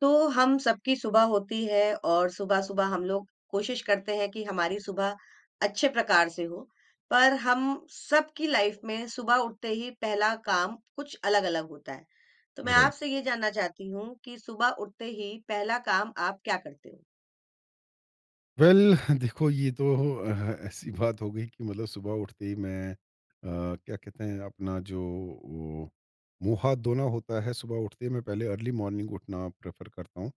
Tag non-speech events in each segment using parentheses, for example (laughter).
तो हम सबकी सुबह होती है और सुबह-सुबह हम लोग कोशिश करते हैं कि हमारी सुबह अच्छे प्रकार से हो, पर हम सबकी लाइफ में सुबह उठते ही पहला काम कुछ अलग-अलग होता है। तो मैं राइट। आपसे ये जानना चाहती हूँ कि सुबह उठते ही पहला काम आप क्या करते हो? वेल (laughs) देखो ये तो (laughs) ऐसी बात हो गई कि मतलब सुबह उठते ही मैं क्या कहते हैं अपना जो वो मुंह हाथ धोना होता है। सुबह उठते ही मैं पहले अर्ली मॉर्निंग उठना प्रेफर करता हूँ।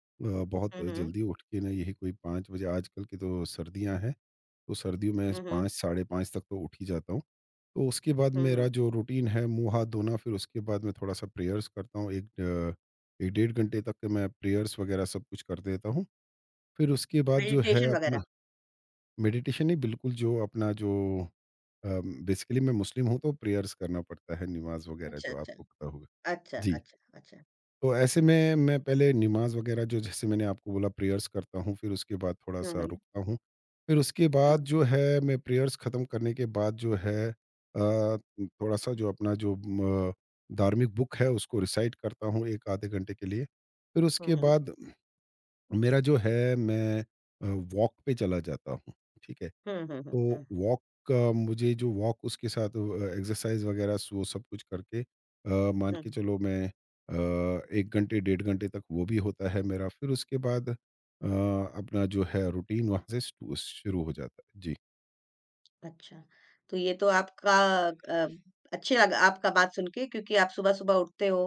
बहुत हुँ, हुँ। जल्दी उठ के ना यही कोई 5 बजे। आजकल की तो सर्दियाँ हैं, तो सर्दियों में हुँ, हुँ। 5 साढ़े 5 तक तो उठ ही जाता हूँ। तो उसके बाद हुँ, मेरा हुँ। जो रूटीन है, मुंह हाथ धोना, फिर उसके बाद मैं थोड़ा सा प्रेयर्स करता हूँ। एक एक 1.5 घंटे तक के मैं प्रेयर्स वगैरह सब कुछ कर देता हूँ। फिर उसके बाद जो है मेडिटेशन अपना वगैरह? मेडिटेशन ही, बिल्कुल जो अपना जो बेसिकली मैं मुस्लिम हूँ, तो प्रेयर्स करना पड़ता है, नमाज वगैरह अच्छा, जो अच्छा। आपको पता होगा। अच्छा, जी। अच्छा, अच्छा। तो ऐसे में मैं पहले नमाज वगैरह जो जैसे मैंने आपको बोला प्रेयर्स करता हूँ, फिर उसके बाद थोड़ा हुँ, सा हुँ। रुकता हूँ। फिर उसके हुँ, बाद हुँ। जो है, मैं प्रेयर्स ख़त्म करने के बाद जो है थोड़ा सा जो अपना जो अ, धार्मिक बुक है, उसको रिसाइट करता हूँ एक 0.5 घंटे के लिए। फिर हुँ, उसके हुँ। बाद मेरा जो है मैं अ, वॉक पे चला जाता हूँ, ठीक है? हुँ, हुँ, हुँ, तो हुँ, वॉक का मुझे जो वॉक उसके साथ एक्सरसाइज़ वगैरह वो सब कुछ करके मान हुँ। के चलो मैं अ, 1 घंटे 1.5 घंटे तक वो भी होता है मेरा। फिर उसके बाद अपना जो है रूटीन वहाँ से स्टू शुरू हो जाता है। जी, अच्छा, तो ये तो आपका अ, अच्छी लगा आपका बात सुन के क्योंकि आप सुबह-सुबह उठते हो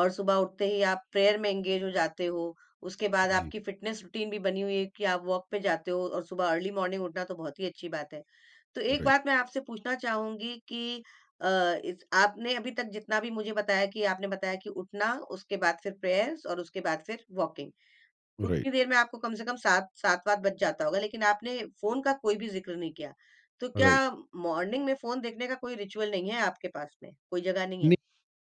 और सुबह उठते ही आप प्रेयर में एंगेज हो जाते हो। उसके बाद जी। आपकी फ़िटनेस रूटीन भी बनी हुई है कि आप वॉक पे जाते हो और सुबह अर्ली मॉर्निंग उठना तो बहुत ही अच्छी बात है। तो एक राइट, बात मैं आपसे पूछना चाहूँगी कि अ, इस आपने अभी तक जितना भी मुझे बताया कि आपने बताया कि उठना, उसके बाद फिर प्रेयर्स और उसके बाद फिर वॉकिंग। राइट, उतनी देर में आपको कम से कम 7 वात बज जाता होगा, लेकिन आपने फ़ोन का कोई भी ज़िक्र नहीं किया। तो क्या राइट। मॉर्निंग में फ़ोन देखने का कोई रिचुअल नहीं है आपके पास में? कोई जगह नहीं है?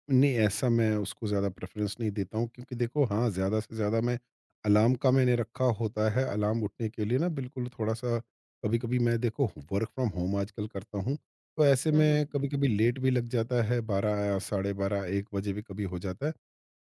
नहीं, ऐसा मैं उसको ज़्यादा प्रेफ़रेंस नहीं देता हूँ, क्योंकि देखो हाँ, ज़्यादा से ज़्यादा मैं अलार्म का मैंने रखा होता है, अलार्म उठने के लिए ना, बिल्कुल थोड़ा-सा कभी-कभी मैं। देखो, वर्क फ्रॉम होम आजकल करता हूँ, तो ऐसे हुँ, हुँ, में कभी-कभी लेट भी लग जाता है, 12 या साढ़े 12, 1 बजे भी कभी हो जाता है।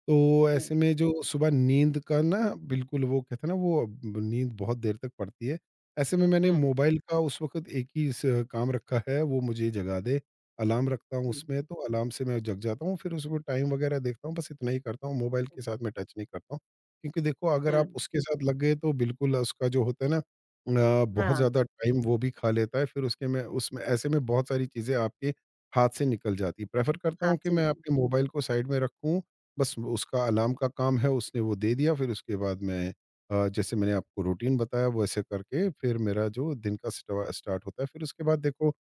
तो हुँ, ऐसे में जो सुबह नींद का ना बिल्कुल वो कहते हैं ना वो ब नींद बहुत देर तक पड़ती है। ऐसे में मैंने हुँ, मोबाइल का उस वक़्त एक ही स काम रखा है, वो मुझे जगा दे। अलार्म रखता हूँ हुँ, उसमें, तो अलार्म से मैं जग जाता हूँ, फिर उसको टाइम वग़ैरह देखता हूँ, बस इतना ही करता हूँ, मोबाइल के हुँ, साथ मैं टच नहीं करता हूँ। क्योंकि देखो अगर हुँ, आप उसके साथ लग गए, तो बिल्कुल उसका जो होता है ना बहुत हाँ, ज़्यादा टाइम वो भी खा लेता है, फिर उसके में उसमें ऐसे में बहुत सारी चीज़ें आपके हाथ से निकल जाती है। प्रेफ़र करता हाँ, हूँ कि मैं सुनिए। अपने मोबाइल को साइड में रखूँ, बस उसका अलार्म का काम है, उसने वो दे दिया, फिर उसके बाद मैं जैसे मैंने आपको रूटीन बताया वैसे करके, फिर मेरा जो दिन का स्टार्ट होता है। फिर उसके बाद देखो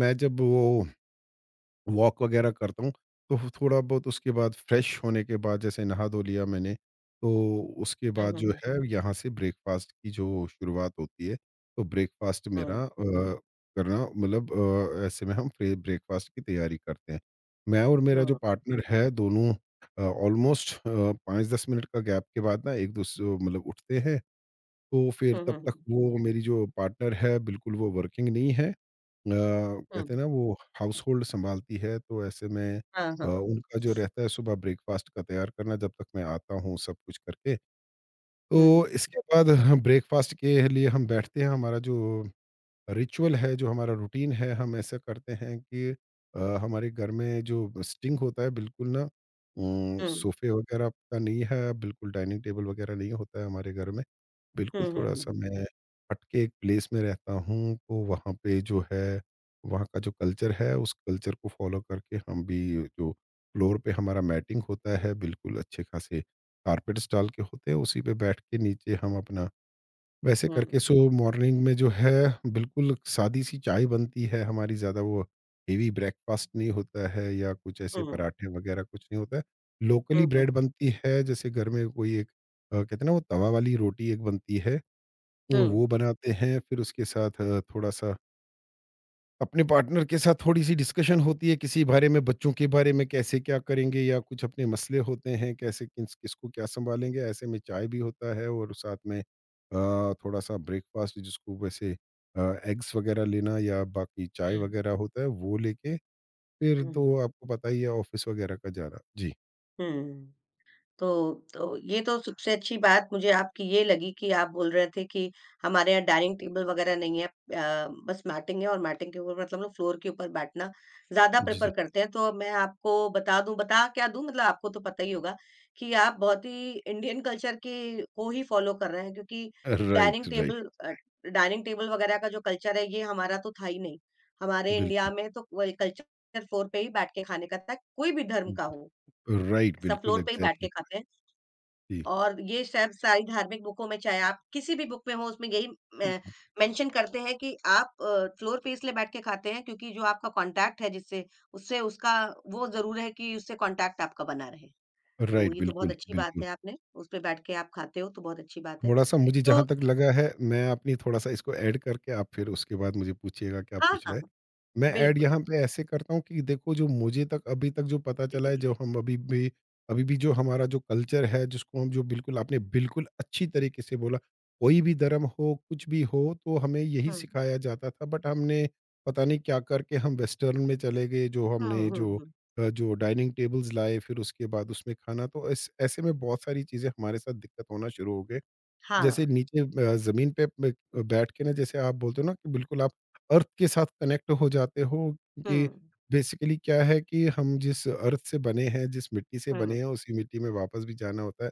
मैं जब वो वॉक वगैरह करता हूँ, तो फ थोड़ा बहुत उसके बाद फ्रेश होने के बाद, जैसे नहा धो लिया मैंने, तो उसके हुँ, बाद हुँ, जो हुँ, है यहाँ से ब्रेकफ़ास्ट की जो शुरुआत होती है। तो ब्रेकफ़ास्ट हुँ, मेरा करना मतलब ऐसे में हम ब्रेकफ़ास्ट की तैयारी करते हैं। मैं और मेरा जो हुँ, पार्टनर है, दोनों ऑलमोस्ट 5-10 मिनट का गैप के बाद ना एक-दूस मतलब उठते हैं, तो फिर हुँ, हुँ, तब तक हुँ, वो मेरी जो पार्टनर है, बिल्कुल वो वर्किंग नहीं है, हुँ, कहते हैं ना, वो हाउसहोल्ड सँभालती है, तो ऐसे में हाँ, हाँ, उनका जो रहता है सुबह ब्रेकफ़ास्ट का तैयार करना, जब तक मैं आता हूँ सब कुछ करके। हुँ, हुँ, तो इसके बाद हम ब्रेकफ़ास्ट के लिए हम बैठते हैं, हमारा जो रिचुअल है, जो हमारा रूटीन है, हम ऐसा करते हैं कि हमारे घर में जो स्टिंग होता है बिल्कुल ना हुँ, सोफ़े वग़ैरह का नहीं है, बिल्कुल डाइनिंग टेबल वग़ैरह नहीं होता है हमारे घर में। बिल्कुल, हुँ, हुँ, हुँ, थोड़ा-सा मैं हटके एक प्लेस में रहता हूँ, तो वहाँ पे जो है, वहाँ का जो कल्चर है, उस कल्चर को फ़ॉलो करके हम भी जो फ्लोर पे हमारा मैटिंग होता है, बिल्कुल अच्छे-खासे कारपेट्स डाल के होते हैं, उसी पे बैठ के नीचे हम अपना वैसे हुँ, करके। सो मॉर्निंग में जो है, बिल्कुल सादी-सी चाय बनती है हमारी, ज़्यादा वो हेवी ब्रेकफ़ास्ट नहीं होता है या कुछ हुँ, ऐसे हुँ, पराठे वगैरह कुछ नहीं होता है। हुँ, लोकली ब्रेड हुँ, बनती है, जैसे घर में कोई एक कहते हैं ना, वो तवा वाली रोटी एक बनती है। हुँ, वो बनाते हैं, फिर उसके साथ थोड़ा-सा अपने पार्टनर के साथ थोड़ी-सी डिस्कशन होती है किसी बारे में, बच्चों के बारे में, कैसे क्या करेंगे या कुछ अपने मसले होते हैं, कैसे किस किसको क्या सँभालेंगे, ऐसे में चाय भी होता है और साथ में थोड़ा-सा ब्रेकफ़ास्ट जिसको वैसे एग्स वग़ैरह लेना या बाकी चाय वग़ैरह होता है, वो लेके फिर हुँ, तो आपको पता ही है ऑफ़िस वग़ैरह का जाना। जी, हुँ। तो तो ये तो सबसे अच्छी बात मुझे आपकी ये लगी कि आप बोल रहे थे कि हमारे यहाँ डाइनिंग टेबल वगैरह नहीं है बस मैटिंग है और मैटिंग के ऊपर मतलब हम लोग फ्लोर के ऊपर बैठना ज़्यादा जी, प्रेफ़र जी। करते हैं। तो मैं आपको बता दूँ बता क्या दूँ मतलब आपको तो पता ही होगा कि आप बहुत ही इंडियन कल्चर के को ही फ़ॉलो कर रहे हैं क्योंकि right, dining right. Table dining table वगैरह का जो कल्चर है ये हमारा तो था ही नहीं। हमारे इंडिया बिल्कुल, में तो वही कल्चर फ्लोर पे ही बैठ के खाने का था, कोई भी धर्म का जी। हो, राइट, सब बिल्कुल, फ्लोर पे ही बैठ के एग्ज़ैक्टली। खाते हैं। जी। और ये सब सारी धार्मिक बुकों में चाहे आप किसी भी बुक में हो उसमें यही मेंशन करते हैं कि आप फ्लोर पे इसलिए बैठ के खाते हैं क्योंकि जो आपका कांटेक्ट है जिससे उससे उसका वो ज़रूर है कि उससे कांटेक्ट आपका बना रहे। तो राइट, ये तो बहुत बिल्कुल, अच्छी बात बिल्कुल। है आपने उस पे बैठ के आप खाते हो तो बहुत अच्छी बात है। थोड़ा-सा मुझे तो जहाँ तक लगा है, मैं अपनी थोड़ा-सा इसको ऐड करके, आप फिर उसके बाद मुझे पूछिएगा क्या हाँ, पूछ हाँ, रहे हैं। हाँ, मैं ऐड बिल्कुल। यहाँ पे ऐसे करता हूँ कि देखो जो मुझे तक अभी तक जो पता चला है, जो हम अभी भी जो हमारा जो कल्चर है, जिसको हम जो बिल्कुल, आपने बिल्कुल अच्छी तरीके से बोला, कोई भी धर्म हो, कुछ भी हो, तो हमें यही हुँ, सिखाया जाता था। बट हमने पता नहीं क्या करके हम वेस्टर्न में चले गए, जो हुँ, हमने हुँ, जो हुँ। जो डाइनिंग टेबल्स लाए, फिर उसके बाद उसमें खाना, तो इस ऐसे में बहुत सारी चीज़ें हमारे साथ दिक्कत होना शुरू हो गई। हाँ, जैसे नीचे ज़मीन पे ब बैठ के ना जैसे आप बोलते हो ना कि बिल्कुल आप अर्थ के साथ कनेक्ट हो जाते हो हुँ, कि बेसिकली क्या है कि हम जिस अर्थ से बने हैं, जिस मिट्टी से हुँ, बने हैं, उसी मिट्टी में वापस भी जाना होता है।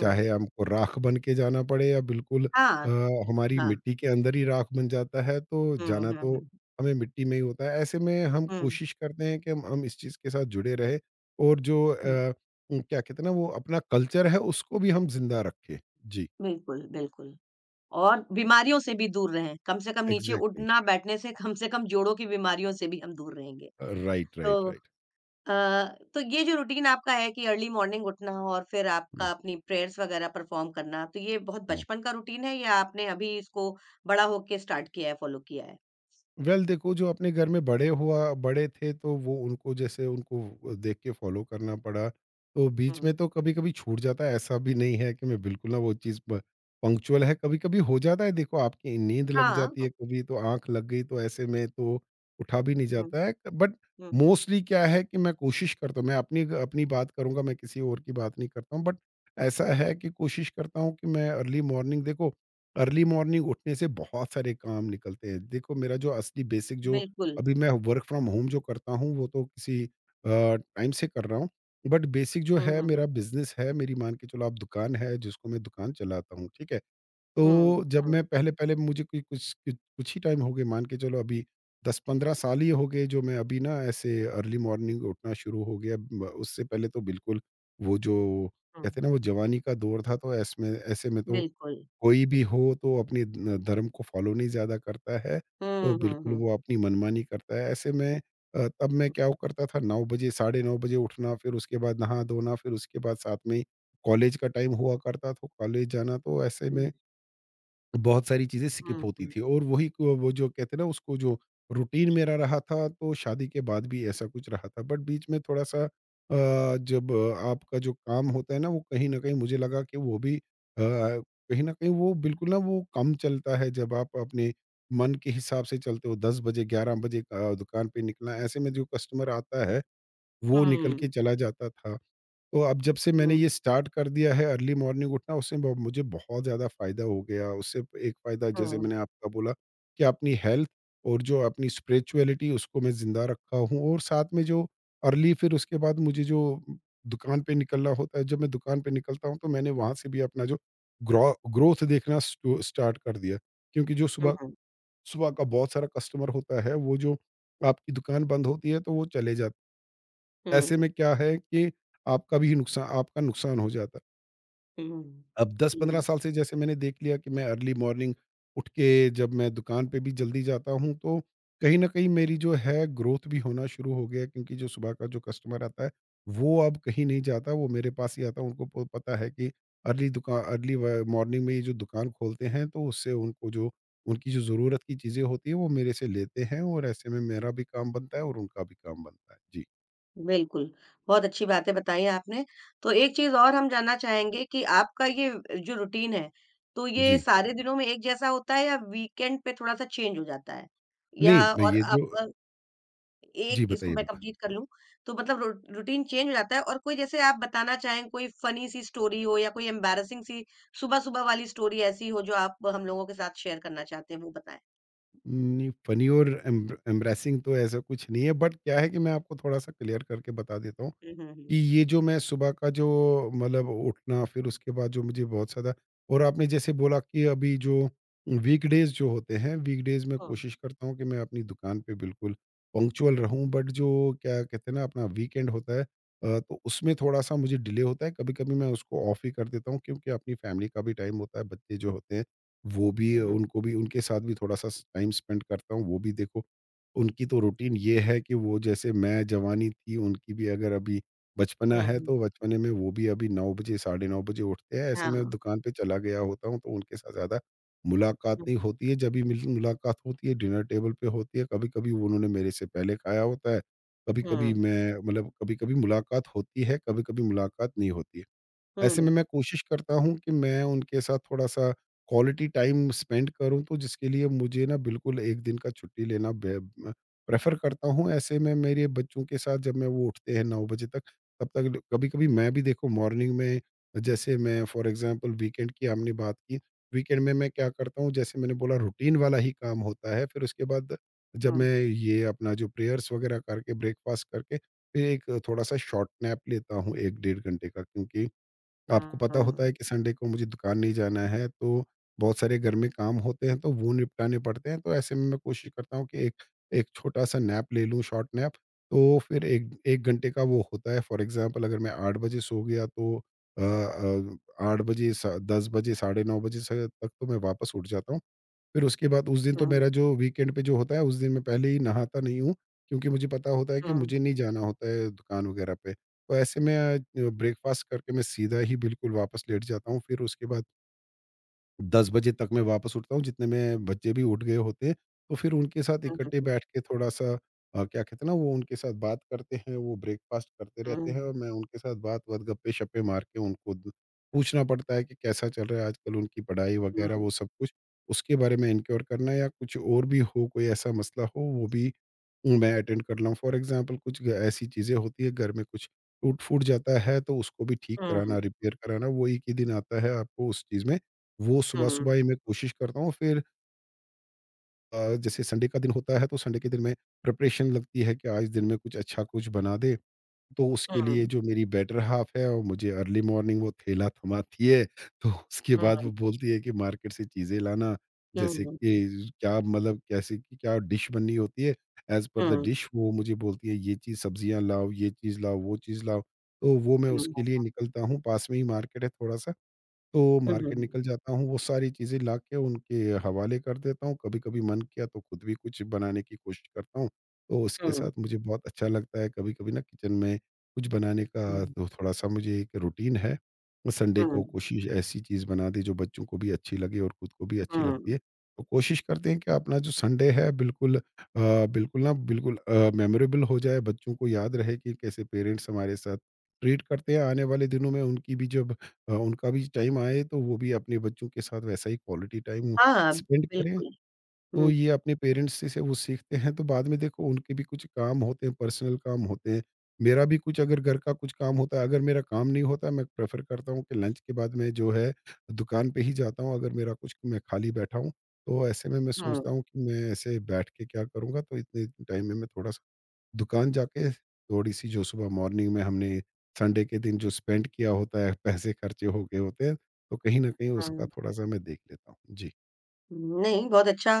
चाहे हमको राख बन के जाना पड़े या बिल्कुल हाँ, हमारी हाँ। मिट्टी के अंदर ही राख बन जाता है, तो हुँ, हुँ, जाना तो हुँ, हमें मिट्टी में ही होता है। ऐसे में हम हुँ, कोशिश करते हैं कि हम इस चीज़ के साथ जुड़े रहें और जो हुँ। क्या कहते हैं ना, वो अपना कल्चर है, उसको भी हम ज़िंदा रखें। जी। बिल्कुल, बिल्कुल। और बीमारियों से भी दूर रहें। कम से कम नीचे एग्जैक्टली। उठना-बैठने से कम जोड़ों की बीमारियों से भी हम दूर रहेंगे। राइट, राइट, तो राइट। अ, तो ये जो रूटीन आपका है कि अर्ली मॉर्निंग उठना और फिर हम्म, आपका अपनी प्रेयर्स वगैरह परफॉर्म करना, तो ये बहुत हम्म। बचपन का रूटीन है या आपने अभी इसको बड़ा होके स्टार्ट किया है, फॉलो किया है? वेल देखो, जो अपने घर में बड़े थे, तो वो उनको जैसे उनको देख के फॉलो करना पड़ा। तो बीच हुँ। में तो कभी कभी छूट जाता है, ऐसा भी नहीं है कि मैं बिल्कुल ना वो चीज़ पंक्चुअल है, कभी कभी हो जाता है। देखो आपकी नींद लग हाँ, जाती है, तो कभी तो आंख लग गई, तो ऐसे में तो उठा भी नहीं हुँ, जाता है, बट हुँ, मोस्टली क्या है कि मैं कोशिश करता हूँ, मैं अपनी अपनी बात करूंगा, मैं किसी और की बात नहीं करता हूँ, बट ऐसा है कि कोशिश करता हूँ कि मैं अर्ली मॉर्निंग देखो, अर्ली मॉर्निंग उठने से बहुत सारे काम निकलते हैं। देखो, मेरा जो असली बेसिक जो बिल्कुल। अभी मैं वर्क फ्रॉम होम जो करता हूँ, वो तो किसी टाइम से कर रहा हूँ। बट बेसिक जो हुँ, है, हुँ, मेरा हुँ। बिज़नेस है, मेरी मान के चलो आप दुकान है, जिसको मैं दुकान चलाता हूँ, ठीक है? हुँ, तो जब हुँ, मैं पहले-पहले मुझे कोई कुछ कुछ कुछ ही टाइम हो गए, मान के चलो अभी 10-15 साल ही हो गए जो मैं अभी ना ऐसे अर्ली मॉर्निंग उठना शुरू हो गया। ब उससे पहले तो बिल्कुल वो जो हुँ। कहते हैं ना वो जवानी का दौर था, तो ऐसमें ऐसे में तो बिल्कुल। कोई भी हो तो अपने ध धर्म को फ़ॉलो नहीं ज़्यादा करता है, हुँ, तो हुँ, बिल्कुल हुँ। वो अपनी मनमानी करता है। ऐसे में तब मैं क्या वो करता था 9 बजे, साढ़े 9 बजे उठना, फिर उसके बाद नहा-धोना, फिर उसके बाद साथ में ही कॉलेज का टाइम हुआ करता, तो कॉलेज जाना। तो ऐसे हुँ, में बहुत सारी चीज़ें हुँ, स्किप होती हुँ। थी, और वही को वो जो कहते हैं ना उसको जो रूटीन मेरा रहा था, तो शादी के बाद भी ऐसा कुछ रहा था, बट बीच में थोड़ा सा जब आपका जो काम होता है ना, वो कहीं न कहीं मुझे लगा कि वो भी कहीं न कहीं वो बिल्कुल ना वो कम चलता है जब आप अपने मन के हिसाब से चलते हो, 10 बजे 11 बजे दुकान पे निकलना, ऐसे में जो कस्टमर आता है हुँ, वो निकल हुँ, के चला जाता था। तो अब जब से मैंने ये हुँ, स्टार्ट कर दिया है अर्ली मॉर्निंग उठना, उससे मुझे बहुत ज़्यादा फ़ायदा हो गया। उससे एक फ़ायदा जैसे हुँ, मैंने आपका बोला कि अपनी हेल्थ और जो अपनी स्पिरिचुअलिटी उसको मैं ज़िंदा रखा हूँ, और साथ में जो अर्ली फिर उसके बाद मुझे जो दुकान पे निकलना होता है, जब मैं दुकान पे निकलता हूँ, तो मैंने वहाँ से भी अपना जो ग्रोथ देखना स्टार्ट कर दिया। क्योंकि जो सुबह हुँ, सुबह का बहुत सारा कस्टमर होता है, वो जो आपकी दुकान बंद होती है, तो वो चले जाते। ऐसे हुँ। में क्या है कि आपका भी नुकसान, आपका नुकसान हो जाता है। हुँ। अब सही 10-15 बात साल से जैसे मैंने देख लिया कि मैं अर्ली मॉर्निंग उठ के जब मैं दुकान पे भी जल्दी जाता हूँ, तो कहीं न कहीं मेरी जो है ग्रोथ भी होना शुरू हो गया, क्योंकि जो सुबह का जो कस्टमर आता है, वो अब कहीं नहीं जाता, वो मेरे पास ही आता है। उनको प पता है कि अर्ली दुका अर्ली व मॉर्निंग में ये जो दुकान खोलते हैं, तो उससे उनको जो उनकी जो ज़रूरत की चीज़ें होती हैं, वो मेरे से लेते हैं, और ऐसे में मेरा भी काम बनता है और उनका भी काम बनता है। जी, है। बिल्कुल, बहुत अच्छी बातें बताई आपने। तो एक चीज़ और हम जानना चाहेंगे कि आपका ये जो रूटीन है, तो ये जी। सारे दिनों में एक जैसा होता है या वीकेंड पे थोड़ा-सा चेंज हो जाता है? या नहीं, मैं और ये आप जो। एक जी, इसको बताइए, मैं बताइए। कंप्लीट कर लूँ, तो मतलब रू रूटीन चेंज हो जाता है और कोई जैसे आप बताना चाहें कोई फ़नी सी स्टोरी हो या कोई एम्बैरेसिंग सी सुबह-सुबह वाली स्टोरी ऐसी हो जो आप हम लोगों के साथ शेयर करना चाहते हैं, वो बताएँ? नहीं, फ़नी और एम एम्ब्रेसिंग तो ऐसा कुछ नहीं है, बट क्या है कि मैं आपको थोड़ा-सा क्लियर करके बता देता हूँ हुँ, हुँ, हुँ। कि ये जो मैं सुबह का जो मतलब उठना, फिर उसके बाद जो मुझे बहुत ज़्यादा। और आपने जैसे बोला कि अभी जो वीकडेज़ जो होते हैं, वीकडेज़ में हुँ। कोशिश करता हूँ कि मैं अपनी दुकान पे बिल्कुल पंक्चुअल रहूँ, बट जो क्या कहते हैं ना, अपना वीकेंड होता है, तो उसमें थोड़ा-सा मुझे डिले होता है। कभी-कभी मैं उसको ऑफ ही कर देता हूँ, क्योंकि अपनी फैमिली का भी टाइम होता है, बच्चे जो होते हैं वो भी, हुँ, हुँ। उनको भी, उनके साथ भी थोड़ा-सा स टाइम स्पेंड करता हूँ। वो भी देखो, उनकी तो रूटीन ये है कि वो, जैसे मैं जवानी थी, उनकी भी अगर अभी बचपना हुँ, है, हुँ। तो बचपने में वो भी अभी 9 बजे, साढ़े 9 बजे उठते हैं, ऐसे मैं हाँ। दुकान पे चला गया होता हूँ, तो उनके साथ ज़्यादा मुलाकात हुँ, नहीं हुँ। होती है। जब भी मिल मुलाकात होती है, डिनर टेबल पे होती है, कभी-कभी उन्होंने मेरे से पहले खाया होता है, कभी-कभी हुँ। मैं, मतलब कभी-कभी मुलाकात होती है, कभी-कभी मुलाकात नहीं होती है। ऐसे हम्म, में मैं कोशिश करता हूँ कि मैं उनके साथ थोड़ा-सा क्वालिटी टाइम स्पेंड करूँ, तो जिसके लिए मुझे ना बिल्कुल 1 दिन का छुट्टी लेना प्रेफ़र करता हूँ। ऐसे में मेरे बच्चों के साथ, जब मैं, वो उठते हैं 9 बजे तक, तब तक कभी-कभी मैं भी देखो मॉर्निंग में, जैसे मैं फ़ॉर एग्ज़ाम्पल वीकेंड की हमने बात की, वीकेंड में मैं क्या करता हूँ, जैसे मैंने बोला, रूटीन वाला ही काम होता है। फिर उसके बाद जब हम्म, मैं ये अपना जो प्रेयर्स वग़ैरह करके, ब्रेकफ़ास्ट करके, फिर एक थोड़ा-सा शॉर्ट नैप लेता हूँ 1 डेढ़ घंटे का, क्योंकि आपको पता होता हम्म, है कि संडे को मुझे दुकान नहीं जाना है, तो बहुत सारे घर में काम होते हैं, तो वो निपटाने पड़ते हैं। तो ऐसे में मैं कोशिश करता हूँ कि एक एक छोटा-सा नैप ले लूँ, शॉर्ट नैप। तो फिर 1 1 घंटे का वो होता है। फ़ॉर एग्ज़ाम्पल अगर मैं 8 बजे सो गया, तो अ अ, 8 बजे स 10 बजे, साढ़े 9 बजे से तक, तो मैं वापस उठ जाता हूँ। फिर उसके बाद उस दिन, तो हम्म, मेरा जो वीकेंड पे जो होता है, उस दिन मैं पहले ही नहाता नहीं हूँ, क्योंकि मुझे पता होता है कि हम्म, मुझे नहीं जाना होता है दुकान वगैरह पे। तो ऐसे में ब्रेकफ़ास्ट करके मैं सीधा ही बिल्कुल वापस लेट जाता हूँ। फिर उसके बाद 10 बजे तक मैं वापस उठता हूँ, जितने में बच्चे भी उठ गए होते हैं, तो फिर उनके साथ इकट्ठे बैठ के थोड़ा-सा, क्या कहते हैं ना, वो उनके साथ बात करते हैं, वो ब्रेकफ़ास्ट करते रहते हैं, हम्म, और मैं उनके साथ बात-वात, गप्पे-शप्पे मार के उनको द पूछना पड़ता है कि कैसा चल रहा है आजकल, उनकी पढ़ाई वगैरह हम्म, वो सब कुछ, उसके बारे में इनक्योर करना, या कुछ और भी हो, कोई ऐसा मसला हो, वो भी मैं अटेंड कर लूँ। फ़ॉर एग्ज़ाम्पल कुछ ग ऐसी चीज़ें होती है, घर में कुछ टूट-फूट जाता है, तो उसको भी ठीक हम्म, कराना, रिपेयर कराना, वो एक ही दिन आता है आपको उस चीज़ में, वो हम्म, सुबह-सुबह ही मैं कोशिश करता हूँ। फिर जैसे संडे का दिन होता है, तो संडे के दिन में प्रिपरेशन लगती है कि आज दिन में कुछ अच्छा, कुछ बना दे। तो उसके लिए जो मेरी बेटर हाल्फ है, वो मुझे अर्ली मॉर्निंग वो ठेला थमाती है। तो उसके बाद हम्म, वो बोलती है कि मार्केट से चीज़ें लाना, जैसे हम्म, हम्म, कि क्या, मतलब कैसे कि क्या डिश बननी होती है, एज़ पर द डिश वो मुझे बोलती है, ये चीज़ सब्जियाँ लाओ, ये चीज़ लाओ, वो चीज़ लाओ। तो वो मैं हम्म, उसके लिए निकलता हूँ, पास में ही मार्केट है थोड़ा-सा। तो मार्केट हम्म, निकल जाता हूँ, वो सारी चीज़ें लाके उनके हवाले कर देता हूँ। कभी-कभी मन किया तो खुद भी कुछ बनाने की कोशिश करता हूँ। तो हम्म, हम्म, हम्म, उसके हम्म, हम्म, साथ हम्म, मुझे बहुत अच्छा लगता है, कभी-कभी ना किचन में कुछ बनाने का, तो थोड़ा-सा मुझे एक रूटीन है। मैं संडे हम्म, को हम्म, कोशिश ऐसी चीज़ बना दी जो बच्चों को भी अच्छी लगे और खुद को भी अच्छी लगती हम्म, है। तो कोशिश करते हैं कि अपना जो संडे है, बिल्कुल बिल्कुल ना बिल्कुल मेमोरेबल हो जाए, बच्चों को याद रहे कि कैसे पेरेंट्स हमारे साथ ट्रीट करते हैं। आने वाले दिनों में उनकी भी, जब उनका भी टाइम आए, तो वो भी अपने बच्चों के साथ वैसा ही क्वालिटी टाइम हाँ, स्पेंड करें। बिल्कुल, तो हम्म, ये अपने पेरेंट्स से वो सीखते हैं, तो बाद में देखो उनके भी कुछ काम होते हैं, पर्सनल काम होते हैं। मेरा भी कुछ, अगर घर का कुछ काम होता है, अगर मेरा काम नहीं होता, मैं प्रेफ़र करता हूँ कि लंच के बाद मैं जो है दुकान पे ही जाता हूँ, अगर मेरा कुछ, मैं खाली बैठा हूँ। तो ऐसे में मैं हम्म, सोचता हूँ कि मैं ऐसे बैठ के क्या करूँगा, तो इतने टाइम में मैं थोड़ा-सा दुकान जाके, थोड़ी-सी, जो सुबह मॉर्निंग में हमने संडे के दिन जो स्पेंड किया होता है, पैसे खर्चे हो गए होते हैं, तो कहीं न कहीं उसका हम्म। थोड़ा-सा मैं देख लेता हूँ। जी। नहीं, बहुत अच्छा।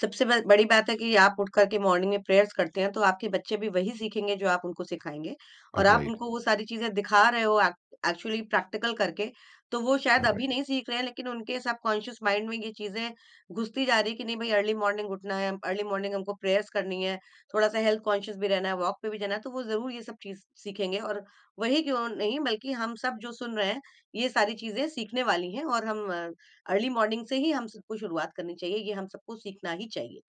सबसे ब बड़ी बात है कि आप उठ कर के मॉर्निंग में प्रेयर्स करते हैं, तो आपके बच्चे भी वही सीखेंगे जो आप उनको सिखाएँगे और आप राइट। उनको वो सारी चीज़ें दिखा रहे हो एक्ट एक्चुअली प्रैक्टिकल करके, तो वो शायद अभी राइट। नहीं सीख रहे हैं, लेकिन उनके सबकॉन्शियस माइंड में ये चीज़ें घुसती जा रही है कि नहीं भई अर्ली मॉर्निंग उठना है, अर्ली मॉर्निंग हमको प्रेयर्स करनी है, थोड़ा-सा हेल्थ कॉन्शियस भी रहना है, वॉक पे भी जाना है, तो वो ज़रूर ये सब चीज़ सीखेंगे और वही क्यों नहीं, बल्कि हम सब जो सुन रहे हैं, ये सारी चीज़ें सीखने वाली हैं और हम अर्ली मॉर्निंग से ही हम सबको शुरुआत करनी चाहिए, ये हम सबको सीखना ही चाहिए।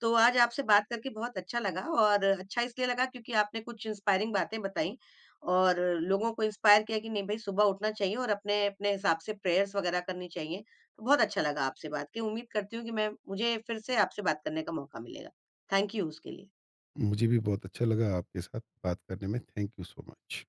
तो आज आपसे बात करके बहुत अच्छा लगा और अच्छा इसलिए लगा क्योंकि आपने कुछ इंस्पायरिंग बातें बताई और लोगों को इंस्पायर किया कि नहीं भाई सुबह उठना चाहिए और अपने-अपने हिसाब से प्रेयर्स वगैरह करनी चाहिए। तो बहुत अच्छा लगा आपसे बात के उम्मीद करती हूँ कि मैं मुझे फिर से आपसे बात करने का मौका मिलेगा। थैंक यू उसके लिए। मुझे भी बहुत अच्छा लगा आपके साथ बात करने में। Thank you so much.